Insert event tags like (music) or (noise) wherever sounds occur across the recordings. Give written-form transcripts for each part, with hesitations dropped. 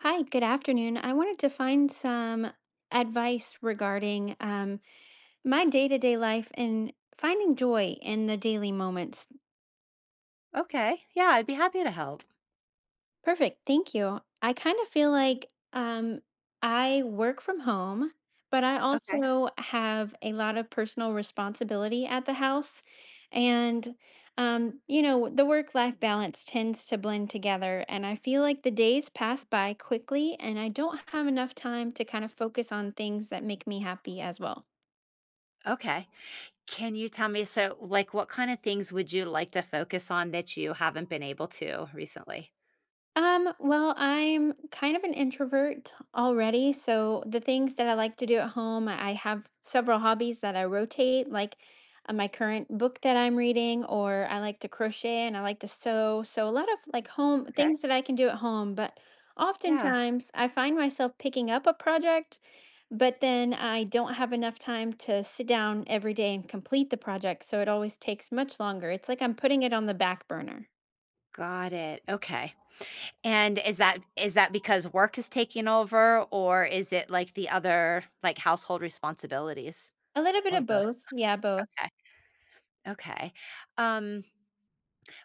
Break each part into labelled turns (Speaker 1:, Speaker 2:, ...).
Speaker 1: Hi, good afternoon. I wanted to find some advice regarding my day-to-day life and finding joy in the daily moments.
Speaker 2: Okay. Yeah, I'd be happy to help.
Speaker 1: Perfect. Thank you. I kind of feel like I work from home, but I
Speaker 2: Okay.
Speaker 1: also have a lot of personal responsibility at the house. And, the work life balance tends to blend together. And I feel like the days pass by quickly, and I don't have enough time to kind of focus on things that make me happy as well.
Speaker 2: Okay. Can you tell me what kind of things would you like to focus on that you haven't been able to recently?
Speaker 1: Well, I'm kind of an introvert already, so the things that I like to do at home, I have several hobbies that I rotate, like my current book that I'm reading, or I like to crochet and I like to sew. So a lot of like home
Speaker 2: Okay.
Speaker 1: things that I can do at home, but
Speaker 2: Yeah.
Speaker 1: oftentimes I find myself picking up a project, but then I don't have enough time to sit down every day and complete the project, so it always takes much longer. It's like I'm putting it on the back burner.
Speaker 2: Got it. Okay. And is that because work is taking over, or is it like the other like household responsibilities
Speaker 1: A little bit
Speaker 2: or
Speaker 1: of
Speaker 2: both?
Speaker 1: both. Yeah, both.
Speaker 2: Okay. Okay. Um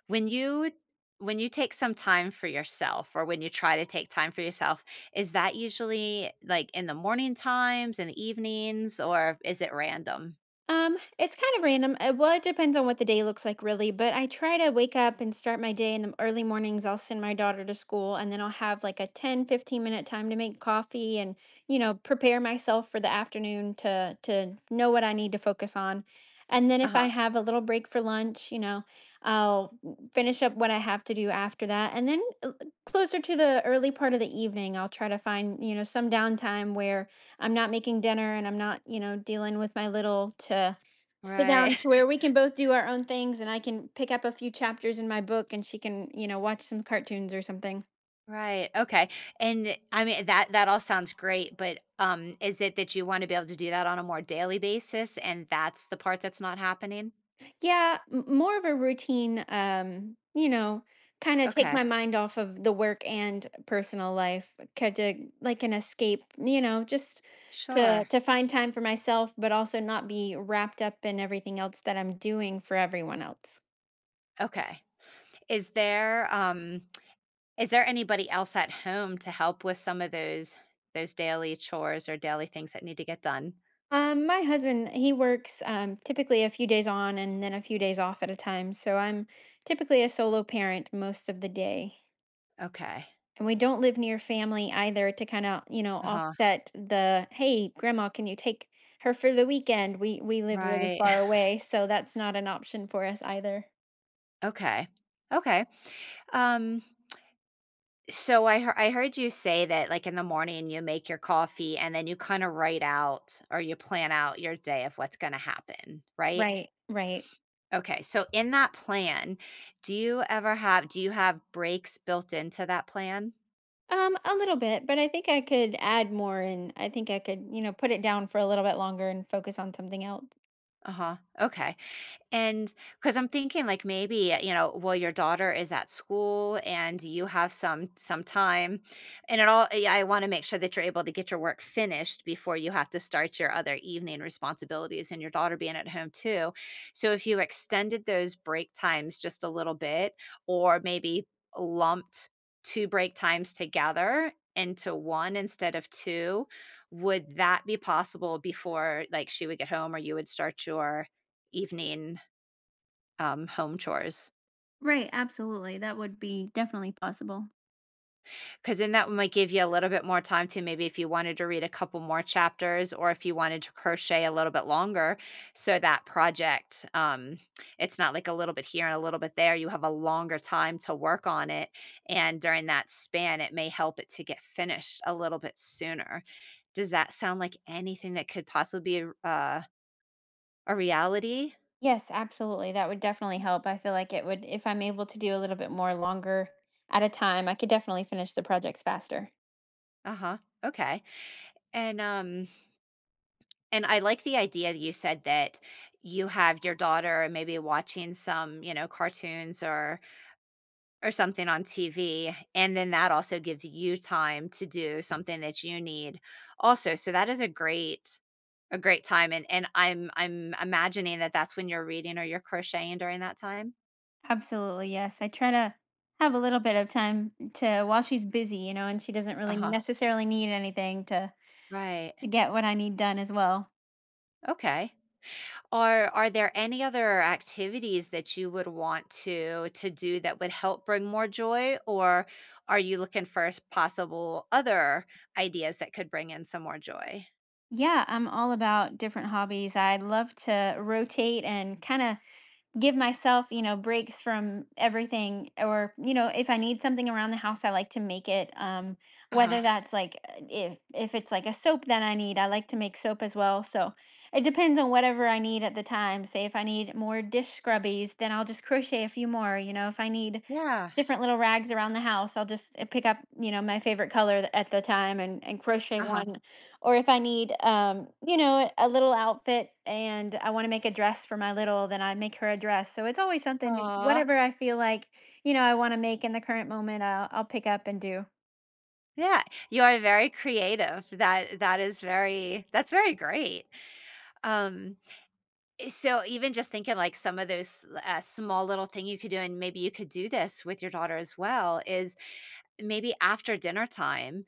Speaker 2: When you when you take some time for yourself, or when you try to take time for yourself, is that usually, like, in the morning times, in the evenings, or is it random?
Speaker 1: It's kind of random. Well, it depends on what the day looks like, really. But I try to wake up and start my day in the early mornings. I'll send my daughter to school and then I'll have like a ten, 15 minute time to make coffee and prepare myself for the afternoon to know what I need to focus on. And then if I
Speaker 2: Uh-huh.
Speaker 1: have a little break for lunch, I'll finish up what I have to do after that. And then closer to the early part of the evening, I'll try to find, you know, some downtime where I'm not making dinner and I'm not, you know, dealing with my little to sit down
Speaker 2: Right.
Speaker 1: to where
Speaker 2: (laughs)
Speaker 1: we can both do our own things and I can pick up a few chapters in my book and she can, you know, watch some cartoons or something.
Speaker 2: Right, okay, and, I mean, that that all sounds great, but, is it that you wanna be able to do that on a more daily basis, and that's the part that's not happening?
Speaker 1: Yeah, more of a routine, kind of take
Speaker 2: Okay,
Speaker 1: my mind off of the work and personal life, kind of like an escape, you know, just to
Speaker 2: sure.
Speaker 1: to find time for myself but also not be wrapped up in everything else that I'm doing for everyone else.
Speaker 2: Okay. Is there, is there anybody else at home to help with some of those daily chores or daily things that need to get done?
Speaker 1: My husband, he works typically a few days on and then a few days off at a time. So I'm typically a solo parent most of the day.
Speaker 2: Okay.
Speaker 1: And we don't live near family either to kind of, you know,
Speaker 2: Uh-huh.
Speaker 1: offset the, hey, grandma, can you take her for the weekend? We live really
Speaker 2: Right.
Speaker 1: far
Speaker 2: (laughs)
Speaker 1: away, so that's not an option for us either.
Speaker 2: Okay. Okay. Um, so I heard you say that, like, in the morning you make your coffee and then you kind of write out or you plan out your day of what's going to happen, right?
Speaker 1: Right, right.
Speaker 2: Okay. So in that plan, do you have breaks built into that plan?
Speaker 1: A little bit, but I think I could add more and I think I could, you know, put it down for a little bit longer and focus on something else.
Speaker 2: Uh-huh. Okay. And because I'm thinking, like, maybe, you know, well, your daughter is at school and you have some time. And it all yeah, I want to make sure that you're able to get your work finished before you have to start your other evening responsibilities and your daughter being at home too. So if you extended those break times just a little bit, or maybe lumped two break times together into one instead of two, would that be possible before, like, she would get home or you would start your evening home chores?
Speaker 1: Right, absolutely. That would be definitely possible.
Speaker 2: Because then that might give you a little bit more time, to maybe if you wanted to read a couple more chapters, or if you wanted to crochet a little bit longer, so that project, it's not like a little bit here and a little bit there, you have a longer time to work on it, and during that span, it may help it to get finished a little bit sooner. Does that sound like anything that could possibly be uh, a reality?
Speaker 1: Yes, absolutely. That would definitely help. I feel like it would if I'm able to do a little bit more longer at a time, I could definitely finish the projects faster.
Speaker 2: Uh-huh, okay, and, and I like the idea that you said, that you have your daughter maybe watching some, you know, cartoons or something on TV, and then that also gives you time to do something that you need also. So that is a great time, and I'm imagining that that's when you're reading or you're crocheting during that time?
Speaker 1: Absolutely. Yes. I try to have a little bit of time to while she's busy, you know, and she doesn't really
Speaker 2: Uh-huh.
Speaker 1: necessarily need anything to
Speaker 2: Right.
Speaker 1: to get what I need done as well.
Speaker 2: Okay. Are there any other activities that you would want to do that would help bring more joy? Or are you looking for s possible other ideas that could bring in some more joy?
Speaker 1: Yeah, I'm all about different hobbies. I'd love to rotate and kind of give myself, you know, breaks from everything or, you know, if I need something around the house, I like to make it
Speaker 2: Uh-huh.
Speaker 1: whether that's like if it's like a soap that I need, I like to make soap as well. So, it depends on whatever I need at the time. Say if I need more dish scrubbies, then I'll just crochet a few more, you know, if I need
Speaker 2: Yeah.
Speaker 1: different little rags around the house, I'll just pick up, you know, my favorite color at the time and crochet
Speaker 2: Uh-huh.
Speaker 1: one or if I need, you know, a little outfit and I want to make a dress for my little, then I make her a dress. So it's always something,
Speaker 2: Aw.
Speaker 1: whatever I feel like, you know, I want to make in the current moment, I'll pick up and do.
Speaker 2: Yeah. You are very creative. That is very that's very great. Um, so even just thinking like some of those, small little thing you could do, and maybe you could do this with your daughter as well, is maybe after dinner time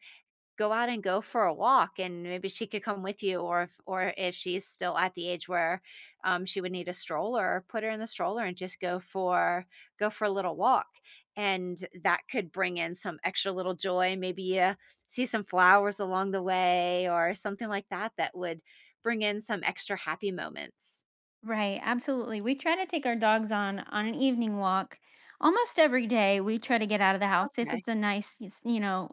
Speaker 2: go out and go for a walk, and maybe she could come with you. Or if she's still at the age where she would need a stroller, put her in the stroller and just go for a little walk, and that could bring in some extra little joy. Maybe you see some flowers along the way or something like that, that would bring in some extra happy moments.
Speaker 1: Right, absolutely. We try to take our dogs on an evening walk almost every day. We try to get out of the house if
Speaker 2: Okay.
Speaker 1: it's a nice, s- you know,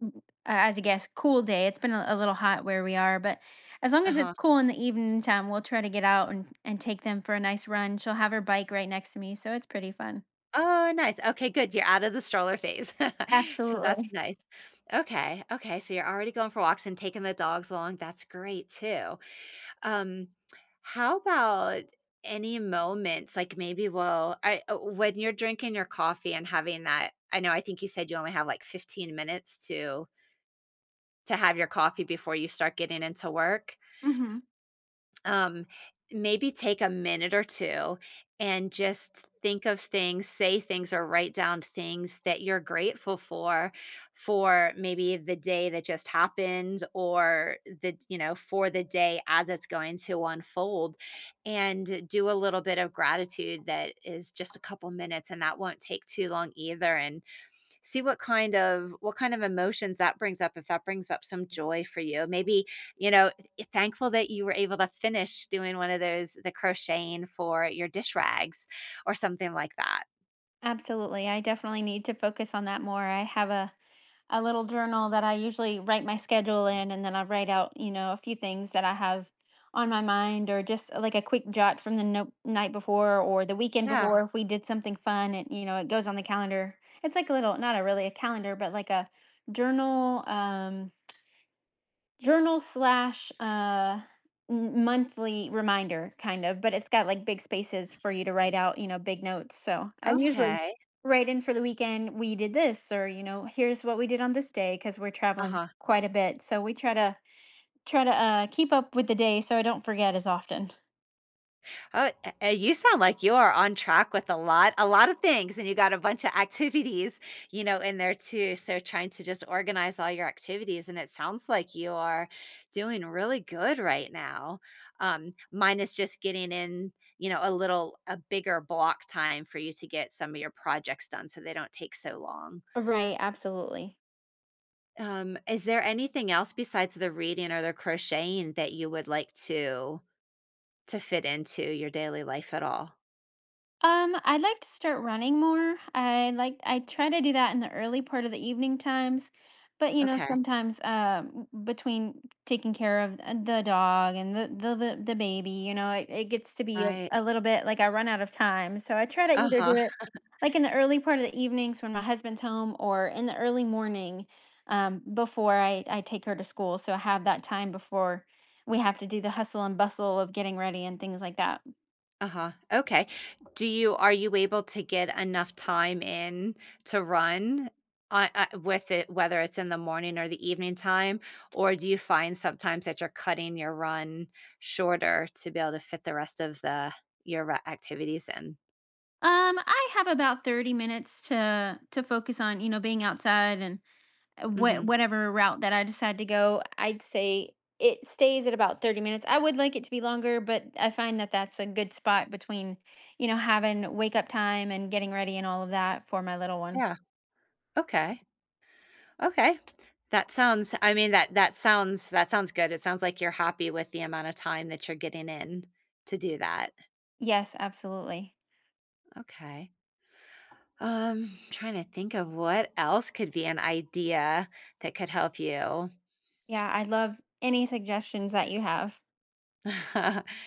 Speaker 1: w- as I guess, cool day. It's been a little hot where we are, but as long as it's
Speaker 2: Uh-huh.
Speaker 1: cool in the evening time, we'll try to get out and take them for a nice run. She'll have her bike right next to me, so it's pretty fun.
Speaker 2: Oh, nice. Okay, good. You're out of the stroller phase. (laughs) So that's
Speaker 1: Absolutely.
Speaker 2: nice. Okay, okay, so you're already going for walks and taking the dogs along, that's great too. Um, how about any moments, like maybe well, I when you're drinking your coffee and having that, I know I think you said you only have like 15 minutes to have your coffee before you start getting into work.
Speaker 1: hmm
Speaker 2: Um, maybe take a minute or two and just think of things, say things or write down things that you're grateful for maybe the day that just happened or the, you know, for the day as it's going to unfold, and do a little bit of gratitude. That is just a couple minutes, and that won't take too long either, and see what kind of emotions that brings up, if that brings up some joy for you. Maybe, you know, thankful that you were able to finish doing one of those, the crocheting for your dish rags or something like that.
Speaker 1: Absolutely. I definitely need to focus on that more. I have a little journal that I usually write my schedule in, and then I write out, you know, a few things that I have on my mind, or just like a quick jot from the night before or the weekend
Speaker 2: Yeah.
Speaker 1: before if we did something fun, and you know, it goes on the calendar. It's like a little, not a really a calendar, but like a journal. Journal slash monthly reminder kind of, but it's got like big spaces for you to write out, you know, big notes, so I usually
Speaker 2: Okay.
Speaker 1: write in for the weekend we did this, or you know, here's what we did on this day because we're traveling
Speaker 2: Uh-huh.
Speaker 1: quite a bit, so we try to keep up with the day so I don't forget as often.
Speaker 2: Oh, you sound like you are on track with a lot of things, and you got a bunch of activities, you know, in there too. So trying to just organize all your activities, and it sounds like you are doing really good right now. Mine is just getting in, you know, a little a bigger block time for you to get some of your projects done so they don't take so long.
Speaker 1: Right, absolutely.
Speaker 2: Is there anything else besides the reading or the crocheting that you would like to fit into your daily life at all?
Speaker 1: I'd like to start running more. I try to do that in the early part of the evening times, but you know,
Speaker 2: Okay.
Speaker 1: sometimes between taking care of the dog and the baby, you know, it gets to be
Speaker 2: Right.
Speaker 1: a little bit like I run out of time. So I try to either
Speaker 2: Uh-huh,
Speaker 1: do it like in the early part of the evenings when my husband's home or in the early morning before I take her to school. So I have that time before we have to do the hustle and bustle of getting ready and things like that.
Speaker 2: uh-huh, okay. Do you Are you able to get enough time in to run, with it, whether it's in the morning or the evening time? Or do you find sometimes that you're cutting your run shorter to be able to fit the rest of the your re activities in?
Speaker 1: I have about 30 minutes to focus on, you know, being outside and
Speaker 2: Mhm,
Speaker 1: whatever route that I decide to go. I'd say it stays at about 30 minutes. I would like it to be longer, but I find that that's a good spot between, you know, having wake up time and getting ready and all of that for my little one.
Speaker 2: yeah, okay, okay. That sounds that that sounds, that sounds good. It sounds like you're happy with the amount of time that you're getting in to do that,
Speaker 1: Yes, absolutely.
Speaker 2: okay. Trying to think of what else could be an idea that could help you.
Speaker 1: Yeah, I love any suggestions that you have.
Speaker 2: (laughs)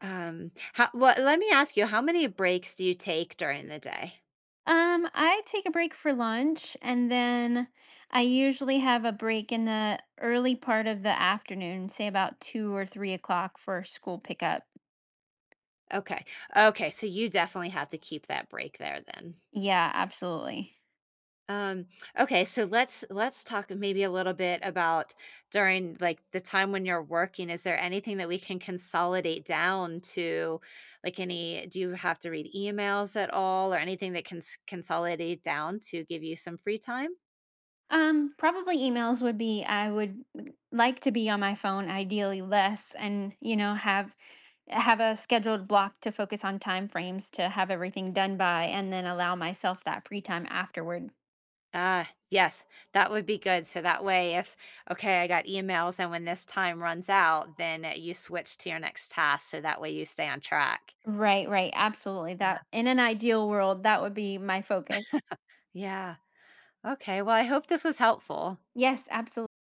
Speaker 2: Um, how, well, let me ask you, how many breaks do you take during the day?
Speaker 1: I take a break for lunch and then I usually have a break in the early part of the afternoon, say about 2 or 3 o'clock for school pickup.
Speaker 2: Okay. Okay. So you definitely have to keep that break there then.
Speaker 1: Yeah, absolutely.
Speaker 2: Um, okay, so let's talk maybe a little bit about, during like the time when you're working, is there anything that we can consolidate down to, like, any do you have to read emails at all or anything that can consolidate down to give you some free time?
Speaker 1: Probably emails would be I would like to be on my phone, ideally less, and you know, have a scheduled block to focus on time frames to have everything done by and then allow myself that free time afterward.
Speaker 2: Ah, yes, that would be good. So that way if, okay, I got emails and when this time runs out, then you switch to your next task, so that way you stay on track.
Speaker 1: Right, right, absolutely.
Speaker 2: Yeah.
Speaker 1: That in an ideal world, that would be my focus.
Speaker 2: Yeah. Okay. Well, I hope this was helpful.
Speaker 1: Yes, absolutely.